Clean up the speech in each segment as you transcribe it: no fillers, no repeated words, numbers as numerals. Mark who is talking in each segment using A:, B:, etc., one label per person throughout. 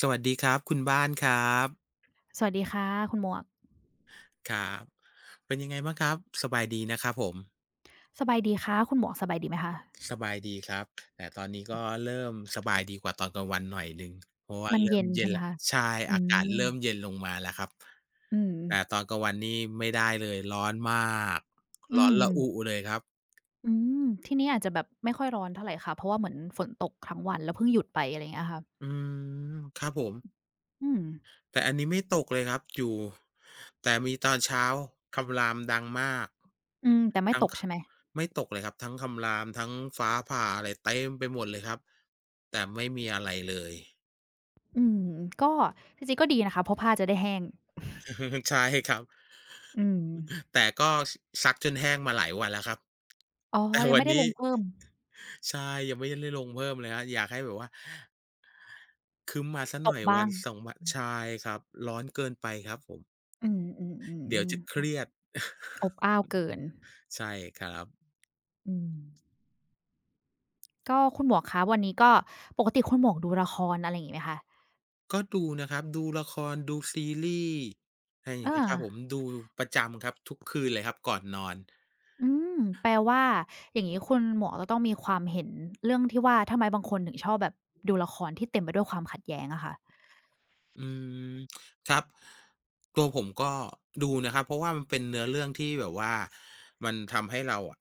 A: สวัสดีครับคุณบ้านครับ
B: สวัสดีค่ะคุณหมวก
A: ครับเป็นยังไงบ้างครับสบายดีนะครับผม
B: สบายดีคะคุณหมวกสบายดีไหมคะ
A: สบายดีครับแต่ตอนนี้ก็เริ่มสบายดีกว่าตอนกลางวันหน่อยหนึ่งเพราะว่า
B: มัน
A: เริ่
B: เย็
A: ม
B: น
A: เย็น
B: ใช่ไหม
A: แล้ว
B: คะ
A: ใช่
B: อื
A: อากาศ
B: ม
A: เริ่มเย็นลงมาแล้วครับ
B: อืม
A: แต่ตอนกลางวันนี่ไม่ได้เลยร้อนมาก
B: อื
A: ร้อน
B: ม
A: ระอุเลยครับ
B: อืมที่นี่อาจจะแบบไม่ค่อยร้อนเท่าไรค่ะเพราะว่าเหมือนฝนตกทั้งวันแล้วเพิ่งหยุดไปอะไรอย่างเงี้ยค่ะ
A: อืมครับผม
B: อืม
A: แต่อันนี้ไม่ตกเลยครับอยู่แต่มีตอนเช้าคำรามดังมาก
B: อืมแต่ไม่
A: ทั้ง
B: ตก
A: ค
B: ใช่ไหม
A: ไม่ตกเลยครับทั้งคำรามทั้งฟ้าผ่าอะไรเต็มไปหมดเลยครับแต่ไม่มีอะไรเลย
B: อืมก็จริงๆก็ดีนะคะเพราะผ้าจะได้แห้ง
A: ใช่ครับ
B: อืม
A: แต่ก็ซซักจนแห้งมาหลายวันแล้วครับ
B: อ๋อ
A: แต่
B: ยัง
A: วัน
B: ไม่ได้ล
A: นี้
B: งเพิ่ม
A: ใช่ยังไม่ได้ลงเพิ่มเลยครับอยากให้แบบว่าครึ้มมาสักห
B: ต
A: น่
B: ก
A: อยวั
B: บ้า
A: น
B: ง
A: สองวันใช่ครับร้อนเกินไปครับผม
B: อืมอื
A: เดี๋ยว
B: ม
A: จะเค
B: ๆ
A: รียด
B: ๆอบอ้าวเกิน
A: ใช่ครับ
B: อืมก็คุณหมวกคะวันนี้ก็ปกติคุณหมวกดูละครอะไรอย่างงี้ไหมคะ
A: ก็ดูนะครับดูละครดูซีรีส์อะไรอย่า
B: เอ
A: งเงี้ยครับ
B: อ
A: ผมดูประจำครับทุกคืนเลยครับก่อนนอน
B: อืมแปลว่าอย่างงี้คุณหมวกจะต้องมีความเห็นเรื่องที่ว่าทำไมบางคนถึงชอบแบบดูละครที่เต็มไปด้วยความขัดแย้งอะค่ะ
A: อืมครับตัวผมก็ดูนะครับเพราะว่ามันเป็นเนื้อเรื่องที่แบบว่ามันทำให้เราอะ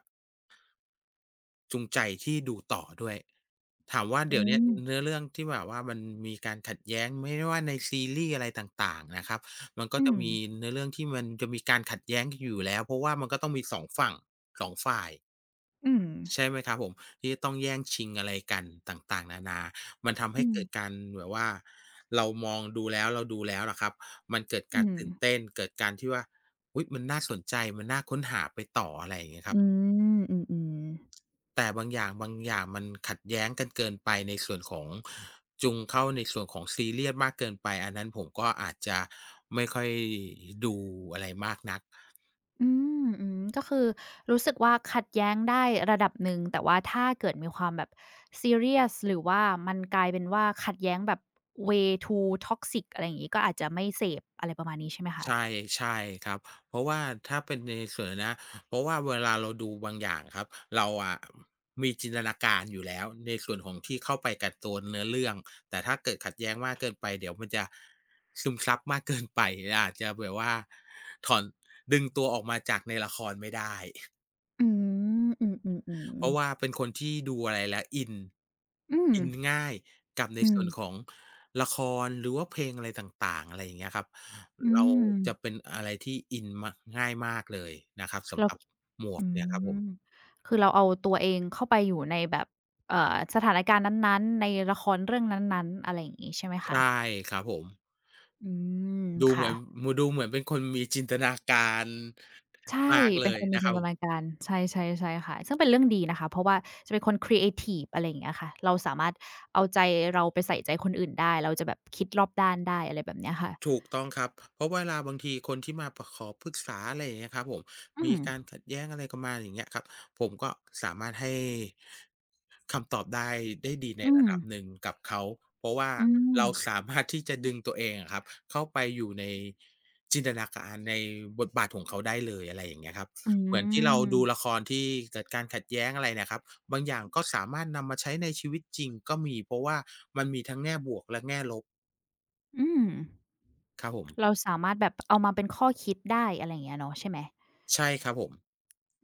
A: จูงใจที่ดูต่อด้วยถามว่า
B: อื
A: เดี๋ยวเนี้ย
B: ม
A: เนื้อเรื่องที่แบบว่ามันมีการขัดแย้งไม่ว่าในซีรีส์อะไรต่างๆนะครับมันก็
B: อื
A: จะ
B: ม
A: มีเนื้อเรื่องที่มันจะมีการขัดแย้งกันอยู่แล้วเพราะว่ามันก็ต้องมีสองฝั่งสองฝ่าย
B: อืม
A: ใช่ไหมครับผมที่จะต้องแย่งชิงอะไรกันต่างๆนานามันทำให้
B: อืม
A: เกิดการแบบว่าเรามองดูแล้วเราดูแล้วล่ะครับมันเกิดกา
B: อื
A: ร
B: ม
A: ตื่นเต้นเกิดการที่ว่าอุ๊ยมันน่าสนใจมันน่าค้นหาไปต่ออะไรอย่างเงี้ยครับ
B: อืมอืมๆ
A: แต่บางอย่างบางอย่างมันขัดแย้งกันเกินไปในส่วนของจุงเข้าในส่วนของซีเรียสมากเกินไปอันนั้นผมก็อาจจะไม่ค่อยดูอะไรมากนัก
B: อืมอืมก็คือรู้สึกว่าขัดแย้งได้ระดับหนึ่งแต่ว่าถ้าเกิดมีความแบบซีเรียสหรือว่ามันกลายเป็นว่าขัดแย้งแบบ way too toxic อะไรอย่างงี้ก็อาจจะไม่เสพอะไรประมาณนี้ใช่ไหมคะ
A: ใช่ใช่ครับเพราะว่าถ้าเป็นในส่วนนะเพราะว่าเวลาเราดูบางอย่างครับเราอะมีจินตนาการอยู่แล้วในส่วนของที่เข้าไปกับตัวเนื้อเรื่องแต่ถ้าเกิดขัดแย้งมากเกินไปเดี๋ยวมันจะซึมซับมากเกินไปอาจจะแบบว่าถอนดึงตัวออกมาจากในละครไม่ได้
B: อืมอืม
A: เพราะ
B: ๆๆ
A: ว่าเป็นคนที่ดูอะไรแล้วอิน
B: อืม
A: อินง่ายกับใน
B: อื
A: ส่
B: ม
A: วนของละครหรือว่าเพลงอะไรต่างๆอะไรอย่างเงี้ยครับ
B: อื
A: เรา
B: ม
A: จะเป็นอะไรที่อินมากง่ายมากเลยนะครับสำ
B: เรา
A: หรับหมวก
B: อื
A: เนี่ยครับผ
B: ม
A: ม
B: คือเราเอาตัวเองเข้าไปอยู่ในแบบเอ่อสถานการณ์นั้นๆในละครเรื่องนั้นๆอะไรอย่างงี้ใช่ไหมคะ
A: ใช่ครับผม
B: อืม
A: ดูเหมื
B: ค่ะ
A: อนดูเหมือนเป็นคนมีจินตนาการ
B: ใช่
A: มากเล
B: เป็น
A: ย
B: คนมี
A: นะครั
B: จิ
A: บ
B: นต
A: ผม
B: นาการใช่ใช่ใช่ค่ะซึ่งเป็นเรื่องดีนะคะเพราะว่าจะเป็นคนครีเอทิฟอะไรอย่างเงี้ยค่ะเราสามารถเอาใจเราไปใส่ใจคนอื่นได้เราจะแบบคิดรอบด้านได้อะไรแบบเนี้ยค่ะ
A: ถูกต้องครับเพราะเวลาบางทีคนที่มาปะขอปรึกษาอะไรอย่างเงี้ยครับผม
B: อื
A: มี
B: ม
A: การขัดแย้งอะไรกันมาอย่างเงี้ยครับผมก็สามารถให้คำตอบได้ได้ดีใน
B: อื
A: ระ
B: ม
A: ดับหนึ่งกับเขาเพราะว่า
B: อืม
A: เราสามารถที่จะดึงตัวเองอะครับเข้าไปอยู่ในจินตนาการในบทบาทของเขาได้เลยอะไรอย่างเงี้ยครับ
B: อื
A: เหมือนที่เราดูละค
B: ม
A: รที่เกิดการขัดแย้งอะไรเนี่ยครับบางอย่างก็สามารถนำมาใช้ในชีวิตจริงก็มีเพราะว่ามันมีทั้งแง่บวกและแง่ลบ
B: อืม
A: ครับผม
B: เราสามารถแบบเอามาเป็นข้อคิดได้อะไรอย่างเงี้ยเนาะใช่ไหม
A: ใช่ครับผม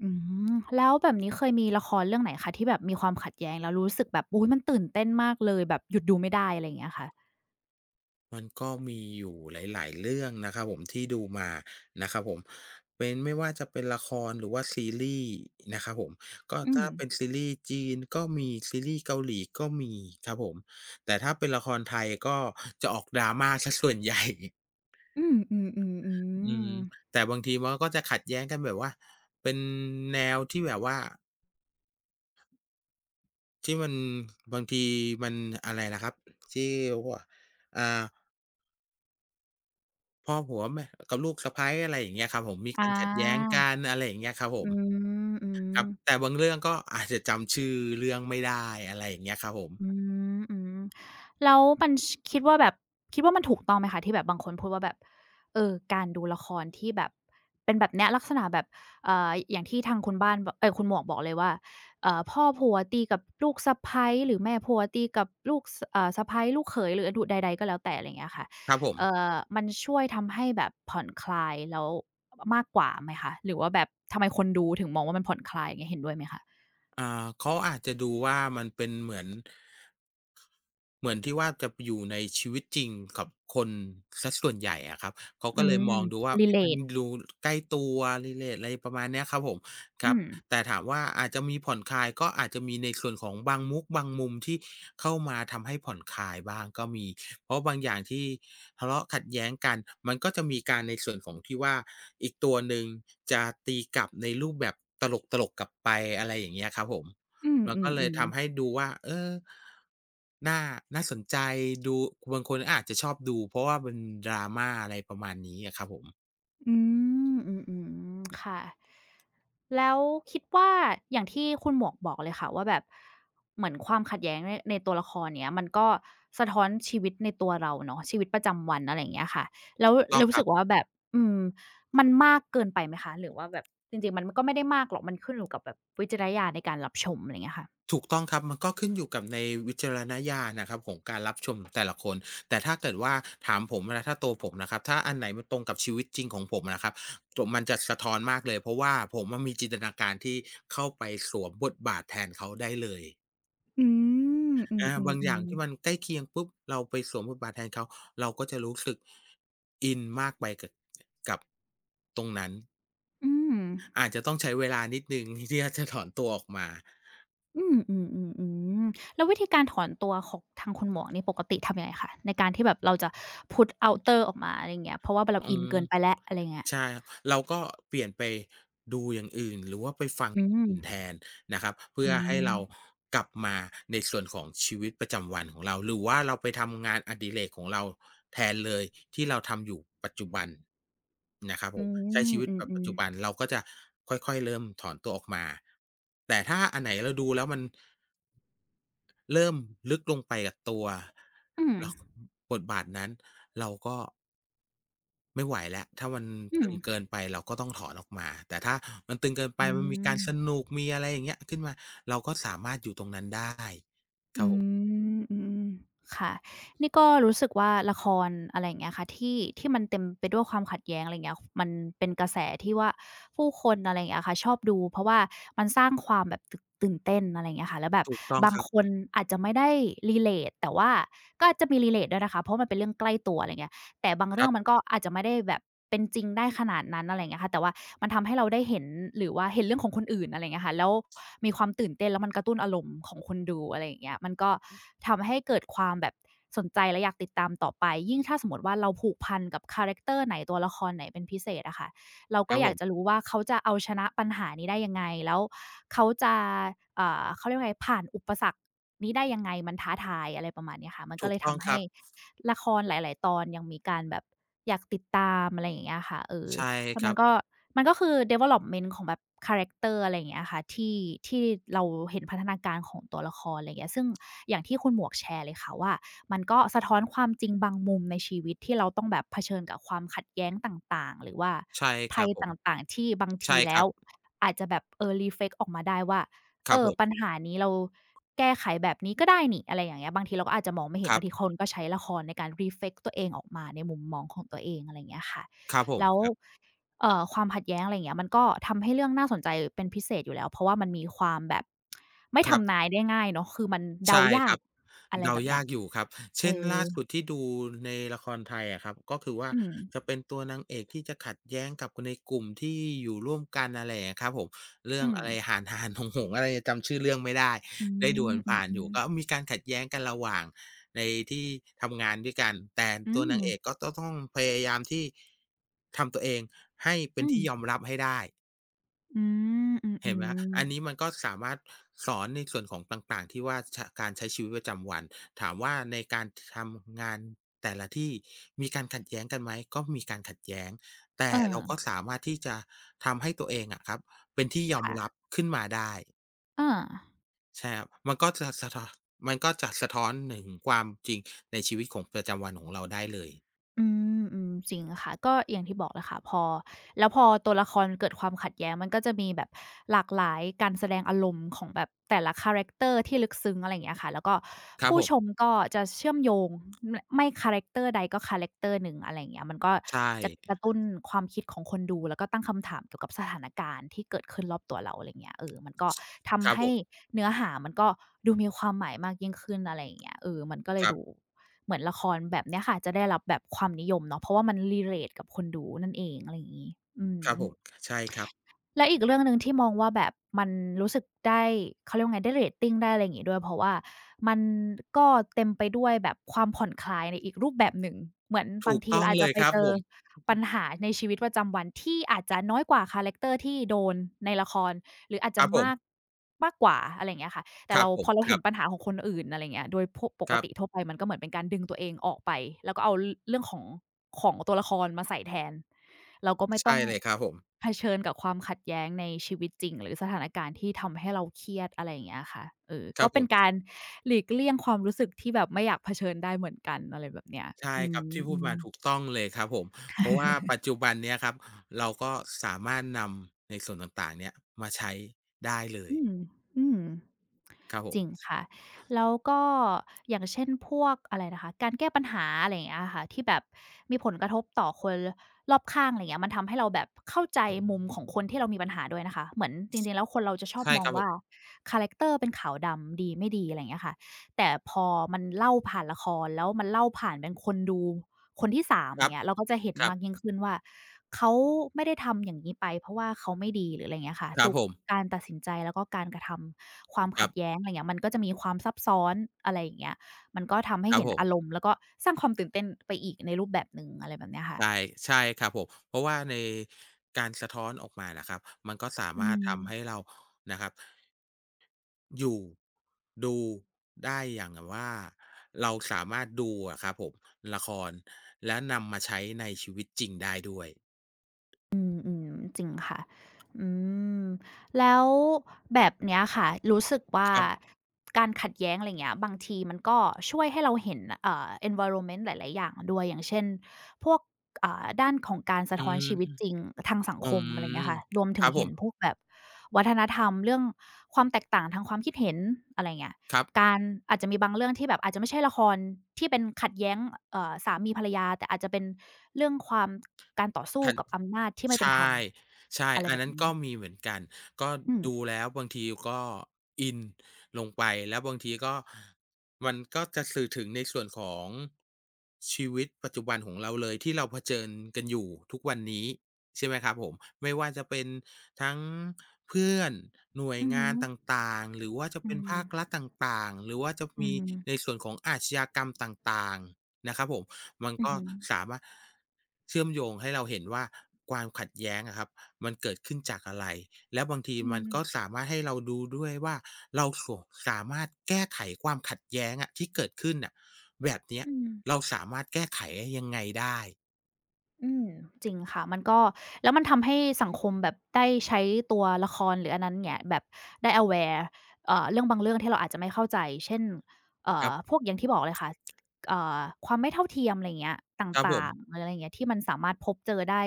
B: อืมแล้วแบบนี้เคยมีละครเรื่องไหนคะที่แบบมีความขัดแย้งแล้วรู้สึกแบบอุ๊ยมันตื่นเต้นมากเลยแบบหยุดดูไม่ได้อะไรอย่างเงี้ยค่ะ
A: มันก็มีอยู่หลายๆเรื่องนะครับผมที่ดูมานะครับผมเป็นไม่ว่าจะเป็นละครหรือว่าซีรีส์นะครับผมก็
B: อื
A: ถ้า
B: ม
A: เป็นซีรีส์จีนก็มีซีรีส์เกาหลีก็มีครับผมแต่ถ้าเป็นละครไทยก็จะออก drama เสียส่วนใหญ่
B: อืม
A: อืม
B: ๆๆๆ
A: แต่บางทีมันก็จะขัดแย้งกันแบบว่าเป็นแนวที่แบบว่าที่มันบางทีมันอะไรนะครับที่ว่าอ่า พ่อผัวแม่กับลูกสะใภ้อะไรอย่างเงี้ยครับผมมี
B: อ
A: การขัดแย้ง
B: า
A: กันอะไรอย่างเงี้ยครับผ
B: อื
A: ม
B: ม อืม
A: ครับแต่บางเรื่องก็อาจจะจำชื่อเรื่องไม่ได้อะไรอย่างเงี้ยครับผม
B: อืมอืมแล้วมันคิดว่าแบบคิดว่ามันถูกต้องไหมคะที่แบบบางคนพูดว่าแบบเออการดูละครที่แบบเป็นแบบเนี้ยลักษณะแบบอย่างที่ทางคุณบ้านบเอ๊ยคุณหมวกบอกเลยว่าพ่อผัวตีกับลูกสะใภ้หรือแม่ผัวตีกับลูกสเอ่อสะใภ้ลูกเขยหรืออดุใดๆก็แล้วแต่อะไรอย่างเงี้ยค่ะ
A: ครับผม
B: มันช่วยทำให้แบบผ่อนคลายแล้วมมากกว่าไหมคะหรือว่าแบบทำไมคนดูถึงมองว่ามันผ่อนคลายอย่างเงี้ยเห็นด้วยไหมคะ
A: อ่าเขาอาจจะดูว่ามันเป็นเหมือน เหมือนที่ว่าจะไปอยู่ในชีวิตจริงกับคนเสียส่วนใหญ่อะครับเขาก็
B: อื
A: เลยมอง
B: ม
A: ดูว่าเอ๊ะมัน
B: relate
A: ดูใกล้ตัว relate อะไรประมาณเนี้ยครับผมครั
B: อื
A: บ
B: ม
A: แต่ถามว่าอาจจะมีผ่อนคลายก็อาจจะมีในส่วนของบางมุกบางมุมที่เข้ามาทำให้ผ่อนคลายบ้างก็มีเพราะบางอย่างที่ทะเลาะขัดแย้งกันมันก็จะมีการในส่วนของที่ว่าอีกตัวหนึ่งจะตีกลับในรูปแบบตลกๆกลับไปอะไรอย่างเงี้ยครับผม
B: อืม
A: มัน
B: อื
A: ก็
B: ม
A: เล
B: อื
A: ย
B: ม
A: ทำให้ดูว่าเออน่าน่าสนใจดูบางคนก็อาจจะชอบดูเพราะว่ามัน drama อะไรประมาณนี้อะครับผม
B: อืมอืมอืมค่ะแล้วคิดว่าอย่างที่คุณหมวกบอกเลยค่ะว่าแบบเหมือนความขัดแย้งในตัวละครเนี้ยมันก็สะท้อนชีวิตในตัวเราเนาะชีวิตประจำวันอะไรอย่างเงี้ยค่ะ
A: ถูกต้อ
B: แล้
A: ง
B: ว
A: ค
B: รู้
A: รั
B: สึ
A: บ
B: กว่าแบบอืมมันมากเกินไปไหมคะหรือว่าแบบจริงๆมันก็ไม่ได้มากหรอกมันขึ้นอยู่กับแบบวิจารณญาณในการรับชมอะไรอย่างเงี้ยค่ะ
A: ถูกต้องครับมันก็ขึ้นอยู่กับในวิจารณญาณนะครับของการรับชมแต่ละคน แต่ถ้าเกิดว่าถามผมนะ ถ้าตัวผมนะครับถ้าอันไหนมันตรงกับชีวิตจริงของผมอะนะครับจมันจะสะท้อนมากเลยเพราะว่าผมอะมีจินตนาการที่เข้าไปสวมบทบาทแทนเขาได้เลย
B: อืมอื
A: อาบางอย่าง
B: อๆ
A: ที่มัน
B: ๆ
A: ใกล้เคียงปุ๊บเราไปสวมบทบาทแทนเขาเราก็จะรู้สึกอินมากไปกับตรงนั้น
B: อืม
A: อาจจะต้องใช้เวลานิดหนึ่ง ที่จะถอนตัวออกมา
B: อืมอืมอมอืมแล้ววิธีการถอนตัวของทางคุณหมวกนี่ปกติทำยังไงคะในการที่แบบเราจะ Put outer ออกมาอะไรอย่างเงี้ยเพราะว่าเรา
A: อื
B: อิน
A: ม
B: เกินไปแล้วอะไรเงี้ย
A: ใช่ เราก็เปลี่ยนไปดูอย่างอื่นหรือว่าไปฟัง
B: อื
A: อย่างอื่นแท
B: ม
A: นนะครับเพื่
B: อื
A: อให้เรา
B: ม
A: กลับมาในส่วนของชีวิตประจำวันของเราหรือว่าเราไปทำงานอดิเรกของเราแทนเลยที่เราทำอยู่ปัจจุบันนะครับผ
B: อื
A: มใช้
B: ม
A: ชีวิต
B: อื
A: แบบปัจ
B: อ
A: จุบันเรา
B: ๆ
A: ก็จะค่อยๆเริ่มถอนตัวออกมาแต่ถ้าอันไหนเราดูแล้วมัน เริ่มลึกลงไปกับตัว
B: อืม
A: แล้วบทบาทนั้นเราก็ไม่ไหวแล้วถ้ามัน
B: อื
A: ตึ
B: ม
A: งเกินไปเราก็ต้องถอนออกมาแต่ถ้ามันตึงเกินไป
B: อื
A: มันมีการส
B: ม
A: นุกมีอะไรอย่างเงี้ยขึ้นมาเราก็สามารถอยู่ตรงนั้นได้ครับ
B: อื
A: ผม
B: มอืมค่ะนี่ก็รู้สึกว่าละครอะไรอย่างเงี้ยค่ะที่มันเต็มไปด้วยความขัดแย้งอะไรเงี้ยมันเป็นกระแสที่ว่าผู้คนอะไรอย่างเงี้ยค่ะชอบดูเพราะว่ามันสร้างความแบบตื่นเต้นอะไรอย่างเงี้ยค่ะแล้วแบบ
A: ถูกต้อง
B: บา
A: ค
B: ง
A: รั
B: ค
A: บ
B: นอาจจะไม่ได้รีเล t แต่ว่าก็อาจจะมี r ีเล t ด้วยนะคะเพราะมันเป็นเรื่องใกล้ตัวอะไรเงี้ย แต่บาง
A: ค
B: เรื่
A: รั
B: องมัน
A: บ
B: ก็อาจจะไม่ได้แบบเป็นจริงได้ขนาดนั้นอะไรอย่างเงี้ยค่ะแต่ว่ามันทำให้เราได้เห็นหรือว่าเห็นเรื่องของคนอื่นอะไรอย่างเงี้ยค่ะแล้วมีความตื่นเต้นแล้วมันกระตุ้นอารมณ์ของคนดูอะไรอย่างเงี้ยมันก็ทำให้เกิดความแบบสนใจและอยากติดตามต่อไปยิ่งถ้าสมมุติว่าเราผูกพันกับคาแรกเตอร์ไหนตัวละครไหนเป็นพิเศษอะค่ะ เรา
A: ค
B: ก็
A: รับ
B: อ
A: ผ
B: ยากจะ
A: ม
B: รู้ว่าเขาจะเอาชนะปัญหานี้ได้ยังไงแล้วเขาจะเขาเรียกว่าไรผ่านอุปสรรคนี้ได้ยังไงมันท้าทายอะไรประมาณเนี้ยค่ะมันก็
A: ถูก
B: เลย
A: ต้อง
B: ทำ
A: ค
B: ให้
A: รับ
B: ละครหลายๆตอนยังมีการแบบอยากติดตามอะไรอย่างเงี้ยค่ะเออ
A: ใช่
B: แล้ว
A: ค
B: มั
A: รั
B: น
A: บ
B: ก็คือ development ของแบบคาแรกเตอร์อะไรอย่างเงี้ยค่ะที่ที่เราเห็นพัฒนาการของตัวละครอะไรอย่างเงี้ยซึ่งอย่างที่คุณหมวกแชร์เลยค่ะว่า มันก็สะท้อนความจริงบางมุมในชีวิตที่เราต้องแบบเผชิญกับความขัดแย้งต่างๆหรือว่า
A: ใช่ค
B: ภั
A: รับ
B: ย
A: ผ
B: ต
A: ม
B: ่างๆที่บาง
A: ใช่
B: ที
A: ค
B: แล้
A: รั
B: ว
A: บ
B: อาจจะแบบreflect ออกมาได้ว่า
A: ค
B: เอ
A: รับผ
B: อปัญ
A: ม
B: หานี้เราแก้ไขแบบนี้ก็ได้นี่อะไรอย่างเงี้ยบางทีเราก็อาจจะมองไม่
A: ค
B: เห็น
A: รับ
B: บางทีคนก็ใช้ละครในการ reflect ตัวเองออกมาในมุมมองของตัวเองอะไรอย่างเงี้ยค่ะ
A: ครับผม
B: แล้ว
A: ครับ
B: ความขัดแย้งอะไรอย่างเงี้ยมันก็ทำให้เรื่องน่าสนใจเป็นพิเศษอยู่แล้วเพราะว่ามันมีความแบบไม่
A: ครั
B: ทำ
A: บ
B: นายได้ง่ายเนาะคือมันเดา
A: ใช่ค
B: ยา
A: รั
B: ก
A: บ
B: อะไร
A: เดา
B: แบบเนี้
A: ยา
B: ย
A: กอยู่ครับเช่
B: เอ
A: น
B: อ
A: ล่าสุดที่ดูในละครไทยอะครับก็คือว่า
B: อืม
A: จะเป็นตัวนางเอกที่จะขัดแย้งกับคนในกลุ่มที่อยู่ร่วมกันอะไรอย่างเงี้ยครับผมเรื่อง
B: อืม
A: อะไรหานหานหงหงอะไรจำชื่อเรื่องไม่ได้
B: อื
A: ได้ดู
B: มอืม
A: ผ่านๆ
B: อ
A: อยู่ก็มีการขัดแย้งกันระหว่างในที่ทำงานด้วยกันแต่ตัวนาง
B: ม
A: เอกก็ตต้องพยายามที่ทำตัวเองให้เป็น
B: อื
A: ที่ยอม
B: ม
A: รับให้ได้
B: อืมอืมอื
A: เห็นไหมครับ
B: อ
A: อันนี้มั
B: ๆ
A: นก็สามารถสอนในส่วนของต่างๆที่ว่าชการใช้ชีวิตประจำวันถามว่าในการทำงานแต่ละที่มีการขัดแย้งกันไหมก็มีการขัดแย้งแต่
B: เอ
A: เราก็
B: อ
A: สามารถที่จะทำให้ตัวเองอะครับเป็นที่ยอมรับ
B: ค่ะ
A: ขึ้นมาได้
B: อา
A: ใช่ครับมันก็จะสะท้อนมันก็จะสะท้อนถึงความจริงในชีวิตของประจำวันของเราได้เลย
B: อืมอืมจริงค่ะก็อย่างที่บอกแหละค่ะพอแล้วพอตัวละครเกิดความขัดแย้งมันก็จะมีแบบหลากหลายการแสดงอารมณ์ของแบบแต่ละคาแรคเตอร์ที่ลึกซึ้งอะไรอย่างเงี้ยค่ะแล้วก็
A: ครับ
B: ผู้
A: ผ
B: ช
A: ม
B: มก็จะเชื่อมโยงไมไม่คาแรคเตอร์ใดก็คาแรคเตอร์หนึ่งอะไรอย่างเงี้ยมันก็
A: ใช่
B: จะกระตุ้นความคิดของคนดูแล้วก็ตั้งคำถามเกี่ยวกับสถานการณ์ที่เกิดขึ้นรอบตัวเราอะไรอย่างเงี้ยเออมันก็
A: ครั
B: ทำ
A: บผ
B: ให้
A: ม
B: เนื้อหามันก็ดูมีความหมายมากยิ่งขึ้นอะไรอย่างเงี้ยเออมันก็เล
A: ค
B: ย
A: รั
B: ดู
A: บ
B: เหมือนละครแบบเนี้ยค่ะจะได้รับแบบความนิยมเนาะเพราะว่ามัน relate กับคนดูนั่นเองอะไรอย่างงี้อื
A: ค
B: ม
A: รับผมใช่ครับ
B: และอีกเรื่องหนึ่งที่มองว่าแบบมันรู้สึกได้เขาเรียกว่าไงได้เรตติงได้อะไรอย่างงี้ด้วยเพราะว่ามันก็เต็มไปด้วยแบบความผ่อนคลายในอีกรูปแบบหนึ่งเหมือนบา
A: ถู
B: ง
A: ก
B: ที
A: ต้อ
B: เรา
A: ง
B: อาจ
A: เล
B: จะ
A: ย
B: ไป
A: ครับ
B: เจ
A: ผ
B: อ
A: ม
B: ปัญหาในชีวิตประจำวันที่อาจจะน้อยกว่าคาแรกเตอร์ที่โดนในละครหรืออาจ
A: ค
B: จะ
A: รับผ
B: มาก
A: ม
B: มากกว่าอะไรอย่างเงี้ยค่ะ
A: ค
B: แต่
A: รับ
B: เรา
A: ผ
B: พ
A: ม
B: อเรา
A: ครั
B: เห็นปั
A: บ
B: ญหาของคนอื่นอะไรอย่างเงี้ยโดยพป
A: ค
B: ก
A: รั
B: ติ
A: บ
B: ทั่วไปมันก็เหมือนเป็นการดึงตัวเองออกไปแล้วก็เอารเรื่องของตัวละครมาใส่แทนเราก็ไม่ต้
A: ใช่
B: อง
A: เลยครับผม
B: เผชิญกับความขัดแย้งในชีวิตจริงหรือสถานการณ์ที่ทำให้เราเครียดอะไรอย่างเงี้ยค่ะเออ
A: ครั
B: ก็
A: บผ
B: เป็น
A: ม
B: การหลีกเลี่ยงความรู้สึกที่แบบไม่อยากเผชิญได้เหมือนกันอะไรแบบเนี้ย
A: ใช่
B: อื
A: ครับที่พูดมา
B: ม
A: ถูก
B: ๆ
A: ต้องเลยครับผม เพราะว่าปัจจุบันเนี้ยครับเราก็สามารถนำในส่วนต่างๆเนี่ยมาใช้ได้เลย
B: อืมอืม
A: ครับผ
B: จ
A: ม
B: ริงค่ะแล้วก็อย่างเช่นพวกอะไรนะคะการแก้ปัญหาอะไรอย่างเงี้ยอะค่ะที่แบบมีผลกระทบต่อคนรอบข้างอะไรอย่างเงี้ยมันทำให้เราแบบเข้าใจมุมของคนที่เรามีปัญหาด้วยนะคะเหมือนจริงๆแล้วคนเราจะชอบ
A: ใช่
B: มอ
A: ค
B: ง
A: รับผ
B: ว่า
A: ม
B: คาแรกเตอร์เป็นขาวดำดีไม่ดีอะไรอย่างเงี้ยค่ะแต่พอมันเล่าผ่านละครแล้วมันเล่าผ่านเป็นคนดู คนที่สาม
A: ค
B: อ
A: รับ
B: ย่างเงี้ยเราก็จะเห็น
A: ครับ
B: มากยิ่งขึ้นว่าเขาไม่ได้ทำอย่างงี้ไปเพราะว่าเขาไม่ดีหรืออะไรอย่างเงี้ยค่ะ
A: ครับ
B: ทุก
A: ผม
B: การตัดสินใจแล้วก็การกระทำความ
A: ค
B: ขั
A: รั
B: ดแย้
A: บ
B: งอะไรอย่างเงี้ยมันก็จะมีความซับซ้อนอะไรอย่างเงี้ยมันก็ทำ
A: ค
B: ให้
A: รับ
B: เห็
A: ผ
B: นอาร
A: ม
B: มณ์แล้วก็สร้างความตื่นเต้นไปอีกในรูปแบบหนึ่งอะไรแบบเนี้ยค่ะ
A: ใช่ใช่ครับผมเพราะว่าในการสะท้อนออกมาน่ะครับมันก็สา
B: อื
A: มารถทำให้
B: ม
A: เรานะครับ อยู่ดูได้อย่างแบบว่าเราสามารถดูอะครับผมละครแล้วนำมาใช้ในชีวิตจริงได้ด้วย
B: อืมอืมจริงค่ะอืมแล้วแบบเนี้ยค่ะรู้สึกว่า
A: ครับ
B: การขัดแย้งอะไรเงี้ยบางทีมันก็ช่วยให้เราเห็นenvironment หลายๆอย่างด้วยอย่างเช่นพวกด้านของการสะ
A: อื
B: ท้อน
A: ม
B: ชีวิตจริงทางสัง
A: อื
B: คม
A: ม
B: อะไรเงี้ยค่ะรวม
A: ค
B: ถึ
A: รั
B: ง
A: บผ
B: เห็
A: ม
B: นพวกแบบวัฒนธรรมเรื่องความแตกต่างทางความคิดเห็นอะไรเงี้ย
A: ครับ
B: การอาจจะมีบางเรื่องที่แบบอาจจะไม่ใช่ละครที่เป็นขัดแย้งสามีภรรยาแต่อาจจะเป็นเรื่องความการต่อสู้
A: คัน
B: กับอำนาจที่ไม่
A: ใช
B: เป็นธรรม
A: ่ใช่
B: อะไร
A: อัน
B: แบบ
A: นั้น
B: นี้
A: ก็มีเหมือนกันก็
B: อืม
A: ดูแล้วบางทีก็อินลงไปแล้วบางทีก็มันก็จะสื่อถึงในส่วนของชีวิตปัจจุบันของเราเลยที่เราเผชิญกันอยู่ทุกวันนี้ใช่ไหมครับผมไม่ว่าจะเป็นทั้งเพื่อนหน่วย
B: อือ
A: งา
B: ฮึ
A: นต่างๆหรือว่าจะ
B: อื
A: เป็นภาครัฐ
B: ม
A: ต่างๆหรือว่าจะ
B: อื
A: มี
B: ม
A: ในส่วนของอาชญากรรมต่างๆ นะครับผมมัน
B: อือ
A: ก็
B: ฮึ
A: สามารถเชื่อมโยงให้เราเห็นว่าความขัดแย้งอะครับมันเกิดขึ้นจากอะไรแล้วบางที
B: อื
A: มันก็
B: ม
A: สามารถให้เราดูด้วยว่าเราสวสามารถแก้ไขความขัดแย้งอะที่เกิดขึ้นน่ะแบบเนี้ย
B: อื
A: เรา
B: ม
A: สามารถแก้ไขยังไงได้
B: อืมจริงค่ะมันก็แล้วมันทำให้สังคมแบบได้ใช้ตัวละครหรืออันนั้นเงียแบบได้ aware เรื่องบางเรื่องที่เราอาจจะไม่เข้าใจเช่น
A: ครั
B: พ
A: บ
B: วกอย่างที่บอกเลยค่ะเอ่อความไม่เท่าเทียมอะไรเงี้ยต
A: ครับผม
B: ่างๆหรืออะไรเงี้ยที่มันสามารถพบเจอได้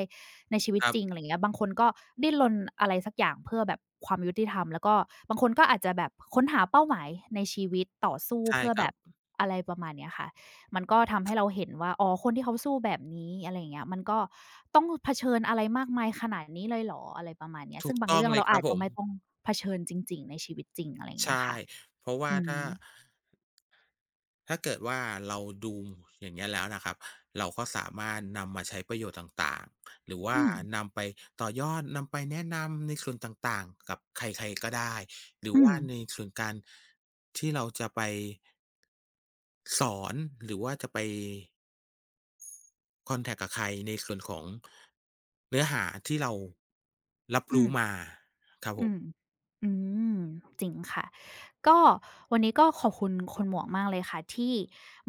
B: ในชีวิ
A: ค
B: ต
A: รั
B: จริงอะ
A: บ
B: ไรเงี้ยบางคนก็ดิ้นรนอะไรสักอย่างเพื่อแบบความยุติธรรมแล้วก็บางคนก็อาจจะแบบค้นหาเป้าหมายในชีวิตต่อสู้
A: ใช่
B: เพื่อ
A: ครั
B: แบบ
A: บ
B: อะไรประมาณเนี้ยค่ะ มันก็ทำให้เราเห็นว่าอ๋อคนที่เขาสู้แบบนี้อะไรอย่างเงี้ยมันก็ต้องเผชิญอะไรมากมายขนาดนี้เลยเหรออะไรประมาณเนี้ย
A: ถู
B: ซึ่
A: ก
B: งบาง
A: ต้อง
B: เรื่อง
A: เลย
B: เรา
A: ครั
B: อา
A: บ
B: จ
A: ผ
B: จะ
A: ม
B: ไม่ต้องเผชิญจริงๆในชีวิตจริงอะไรอย่างเงี้
A: ใช่
B: ยค่ะ
A: เพราะว่า
B: อืม
A: ถ้า ถ้าเกิดว่าเราดูอย่างเงี้ยแล้วนะครับเราก็สามารถนำมาใช้ประโยชน์ต่างๆ หรือว่า
B: อืม
A: นำไปต่อยอดนำไปแนะนำในส่วนต่างๆ กับใครๆก็ได้ หรือ
B: อื
A: ว่า
B: ม
A: ในส่วนการที่เราจะไปสอนหรือว่าจะไปคอนแทคกับใครในส่วนของเนื้อหาที่เรารับ
B: อื
A: รู้
B: ม
A: มาครับผ
B: อื
A: ม
B: มอืมจริงค่ะก็วันนี้ก็ขอบคุณคุณหมวกมากเลยค่ะที่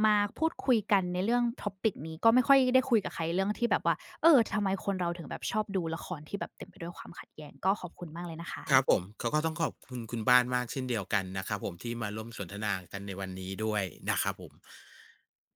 B: มาพูดคุยกันในเรื่อง topic นี้ก็ไม่ค่อยได้คุยกับใครเรื่องที่แบบว่าเออทำไมคนเราถึงแบบชอบดูละครที่แบบเต็มไปด้วยความขัดแย้งก็ขอบคุณมากเลยนะคะ
A: ครับผมเขาก็ต้องขอบคุณคุณบ้านมากเช่นเดียวกันนะครับผมที่มาร่วมสนทนากันในวันนี้ด้วยนะครับผม